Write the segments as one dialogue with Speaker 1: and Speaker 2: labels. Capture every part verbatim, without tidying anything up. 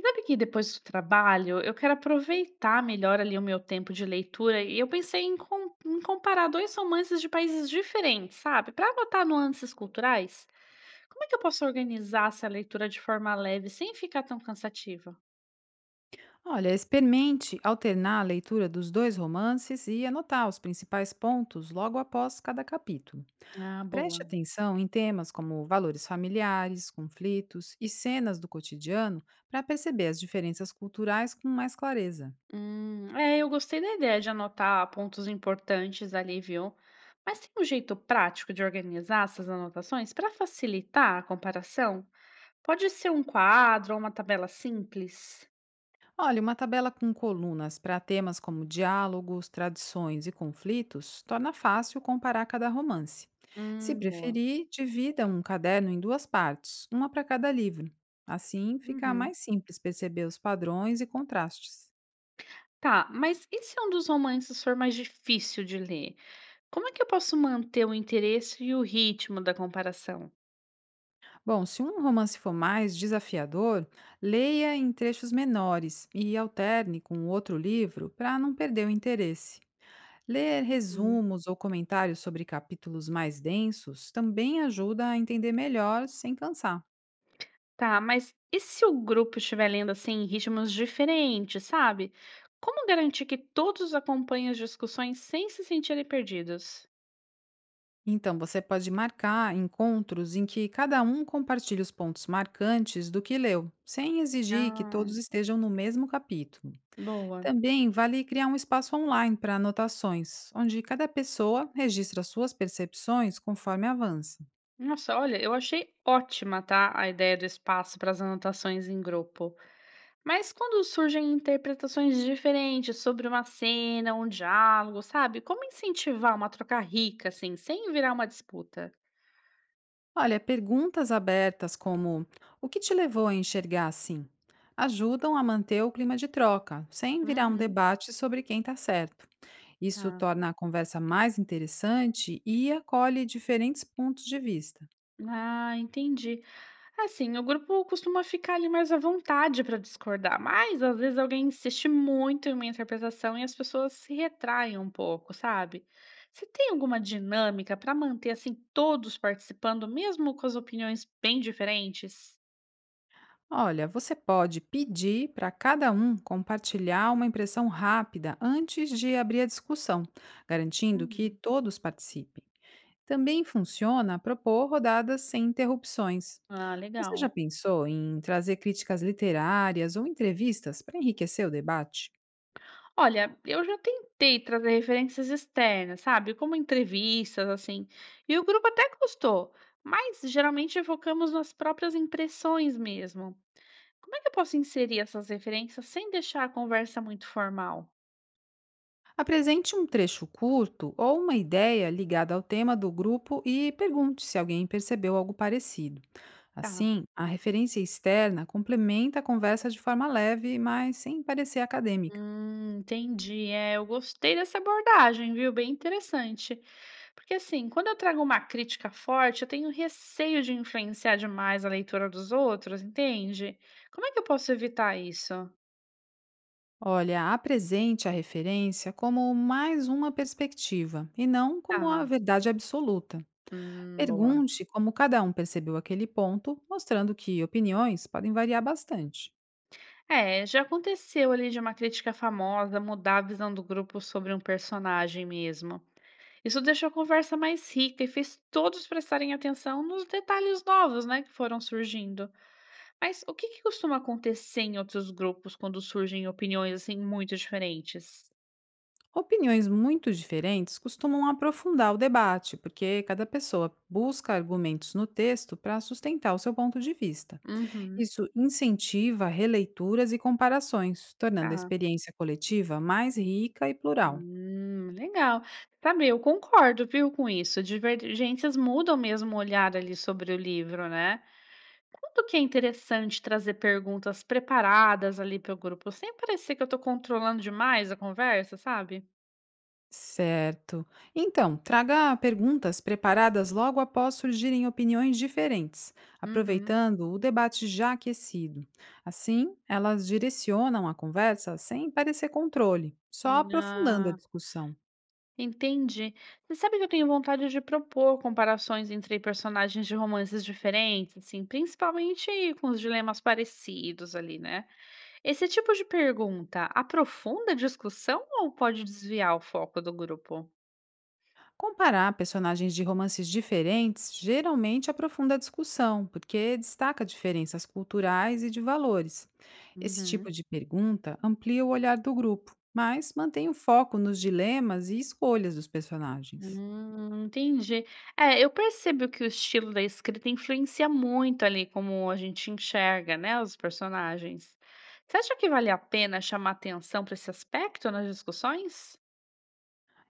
Speaker 1: Sabe que depois do trabalho eu quero aproveitar melhor ali o meu tempo de leitura e eu pensei em, com- em comparar dois romances de países diferentes, sabe? Para notar nuances culturais. Como é que eu posso organizar essa leitura de forma leve sem ficar tão cansativa?
Speaker 2: Olha, experimente alternar a leitura dos dois romances e anotar os principais pontos logo após cada capítulo.
Speaker 1: Ah, boa.
Speaker 2: Preste atenção em temas como valores familiares, conflitos e cenas do cotidiano para perceber as diferenças culturais com mais clareza.
Speaker 1: Hum, é, eu gostei da ideia de anotar pontos importantes ali, viu? Mas tem um jeito prático de organizar essas anotações para facilitar a comparação? Pode ser um quadro ou uma tabela simples?
Speaker 2: Olha, uma tabela com colunas para temas como diálogos, tradições e conflitos torna fácil comparar cada romance. Se
Speaker 1: Hum, boa.
Speaker 2: preferir, divida um caderno em duas partes, uma para cada livro. Assim, fica
Speaker 1: Uhum.
Speaker 2: mais simples perceber os padrões e contrastes.
Speaker 1: Tá, mas e se é um dos romances for mais difícil de ler? Como é que eu posso manter o interesse e o ritmo da comparação?
Speaker 2: Bom, se um romance for mais desafiador, leia em trechos menores e alterne com outro livro para não perder o interesse. Ler
Speaker 1: Hum.
Speaker 2: resumos ou comentários sobre capítulos mais densos também ajuda a entender melhor sem cansar.
Speaker 1: Tá, mas e se o grupo estiver lendo assim em ritmos diferentes, sabe? Como garantir que todos acompanhem as discussões sem se sentirem perdidos?
Speaker 2: Então, você pode marcar encontros em que cada um compartilhe os pontos marcantes do que leu, sem exigir que
Speaker 1: Ah,
Speaker 2: todos estejam no mesmo capítulo.
Speaker 1: boa.
Speaker 2: Também vale criar um espaço online para anotações, onde cada pessoa registra suas percepções conforme avança.
Speaker 1: Nossa, olha, eu achei ótima, tá? A ideia do espaço para as anotações em grupo. Mas quando surgem interpretações diferentes sobre uma cena, um diálogo, sabe? Como incentivar uma troca rica, assim, sem virar uma disputa?
Speaker 2: Olha, perguntas abertas como o que te levou a enxergar assim? Ajudam a manter o clima de troca, sem virar um
Speaker 1: Uhum,
Speaker 2: debate sobre quem está certo. Isso
Speaker 1: tá.
Speaker 2: torna a conversa mais interessante e acolhe diferentes pontos de vista.
Speaker 1: Ah, entendi. Assim, o grupo costuma ficar ali mais à vontade para discordar, mas às vezes alguém insiste muito em uma interpretação e as pessoas se retraem um pouco, sabe? Você tem alguma dinâmica para manter assim todos participando, mesmo com as opiniões bem diferentes?
Speaker 2: Olha, você pode pedir para cada um compartilhar uma impressão rápida antes de abrir a discussão, garantindo que
Speaker 1: Uhum.
Speaker 2: todos participem. Também funciona propor rodadas sem interrupções.
Speaker 1: Ah,
Speaker 2: Você já
Speaker 1: legal.
Speaker 2: pensou em trazer críticas literárias ou entrevistas para enriquecer o debate?
Speaker 1: Olha, eu já tentei trazer referências externas, sabe, como entrevistas, assim, e o grupo até gostou, mas geralmente focamos nas próprias impressões mesmo. Como é que eu posso inserir essas referências sem deixar a conversa muito formal?
Speaker 2: Apresente um trecho curto ou uma ideia ligada ao tema do grupo e pergunte se alguém percebeu algo parecido.
Speaker 1: Tá.
Speaker 2: Assim, a referência externa complementa a conversa de forma leve, mas sem parecer acadêmica.
Speaker 1: Hum, entendi. É, eu gostei dessa abordagem, viu? Bem interessante. Porque assim, quando eu trago uma crítica forte, eu tenho receio de influenciar demais a leitura dos outros, entende? Como é que eu posso evitar isso?
Speaker 2: Olha, apresente a referência como mais uma perspectiva e não como a
Speaker 1: Tá.
Speaker 2: verdade absoluta.
Speaker 1: Hum, boa.
Speaker 2: Pergunte como cada um percebeu aquele ponto, mostrando que opiniões podem variar bastante.
Speaker 1: É, já aconteceu ali de uma crítica famosa mudar a visão do grupo sobre um personagem mesmo. Isso deixou a conversa mais rica e fez todos prestarem atenção nos detalhes novos, né, que foram surgindo. Mas o que que costuma acontecer em outros grupos quando surgem opiniões assim muito diferentes?
Speaker 2: Opiniões muito diferentes costumam aprofundar o debate, porque cada pessoa busca argumentos no texto para sustentar o seu ponto de vista.
Speaker 1: Uhum,
Speaker 2: Isso incentiva releituras e comparações, tornando a
Speaker 1: tá.
Speaker 2: experiência coletiva mais rica e plural.
Speaker 1: Hum, legal. Sabe, eu concordo, viu, com isso. Divergências mudam mesmo o olhar ali sobre o livro, né? Quanto que é interessante trazer perguntas preparadas ali para o grupo, sem parecer que eu tô controlando demais a conversa, sabe?
Speaker 2: Certo. Então, traga perguntas preparadas logo após surgirem opiniões diferentes,
Speaker 1: Uhum.
Speaker 2: aproveitando o debate já aquecido. Assim, elas direcionam a conversa sem parecer controle, só aprofundando a
Speaker 1: Ah,
Speaker 2: discussão.
Speaker 1: entendi. Você sabe que eu tenho vontade de propor comparações entre personagens de romances diferentes, assim, principalmente com os dilemas parecidos ali, né? Esse tipo de pergunta aprofunda a discussão ou pode desviar o foco do grupo?
Speaker 2: Comparar personagens de romances diferentes geralmente aprofunda a discussão, porque destaca diferenças culturais e de valores. Esse tipo
Speaker 1: Uhum.
Speaker 2: de pergunta amplia o olhar do grupo, mas mantém o foco nos dilemas e escolhas dos personagens.
Speaker 1: Hum, entendi. É, eu percebo que o estilo da escrita influencia muito ali como a gente enxerga, né, os personagens. Você acha que vale a pena chamar atenção para esse aspecto nas discussões?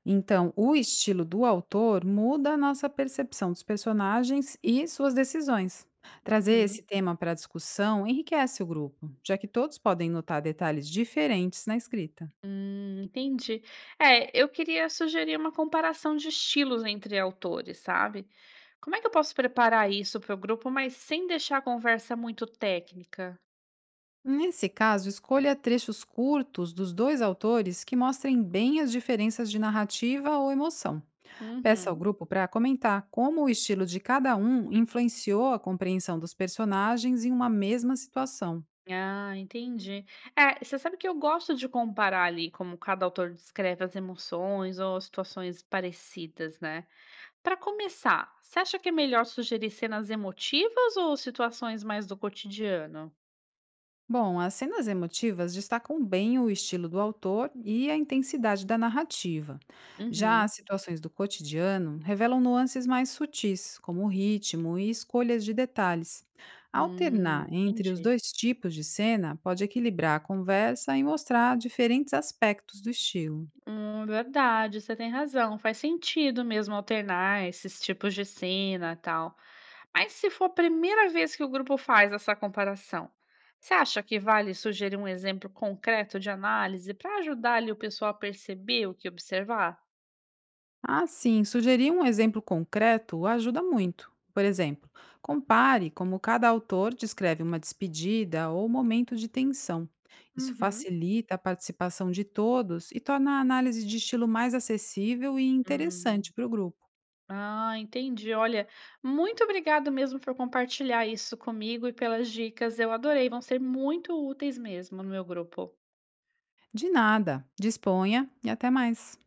Speaker 2: Então, o estilo do autor muda a nossa percepção dos personagens e suas decisões. Trazer
Speaker 1: Uhum.
Speaker 2: esse tema para a discussão enriquece o grupo, já que todos podem notar detalhes diferentes na escrita.
Speaker 1: Hum, entendi. É, eu queria sugerir uma comparação de estilos entre autores, sabe? Como é que eu posso preparar isso para o grupo, mas sem deixar a conversa muito técnica?
Speaker 2: Nesse caso, escolha trechos curtos dos dois autores que mostrem bem as diferenças de narrativa ou emoção. Peça ao
Speaker 1: Uhum.
Speaker 2: grupo para comentar como o estilo de cada um influenciou a compreensão dos personagens em uma mesma situação.
Speaker 1: Ah, entendi. É, você sabe que eu gosto de comparar ali como cada autor descreve as emoções ou situações parecidas, né? Para começar, você acha que é melhor sugerir cenas emotivas ou situações mais do cotidiano?
Speaker 2: Bom, as cenas emotivas destacam bem o estilo do autor e a intensidade da narrativa. Já as
Speaker 1: Uhum.
Speaker 2: situações do cotidiano revelam nuances mais sutis, como ritmo e escolhas de detalhes. Alternar
Speaker 1: Hum,
Speaker 2: entre os
Speaker 1: entendi.
Speaker 2: dois tipos de cena pode equilibrar a conversa e mostrar diferentes aspectos do estilo.
Speaker 1: Hum, verdade, você tem razão. Faz sentido mesmo alternar esses tipos de cena, e tal. Mas se for a primeira vez que o grupo faz essa comparação, você acha que vale sugerir um exemplo concreto de análise para ajudar ali o pessoal a perceber o que observar?
Speaker 2: Ah, sim, sugerir um exemplo concreto ajuda muito. Por exemplo, compare como cada autor descreve uma despedida ou momento de tensão. Isso
Speaker 1: Uhum.
Speaker 2: facilita a participação de todos e torna a análise de estilo mais acessível e interessante
Speaker 1: Hum.
Speaker 2: para o grupo.
Speaker 1: Ah, entendi. Olha, muito obrigado mesmo por compartilhar isso comigo e pelas dicas. Eu adorei, vão ser muito úteis mesmo no meu grupo.
Speaker 2: De nada, disponha e até mais.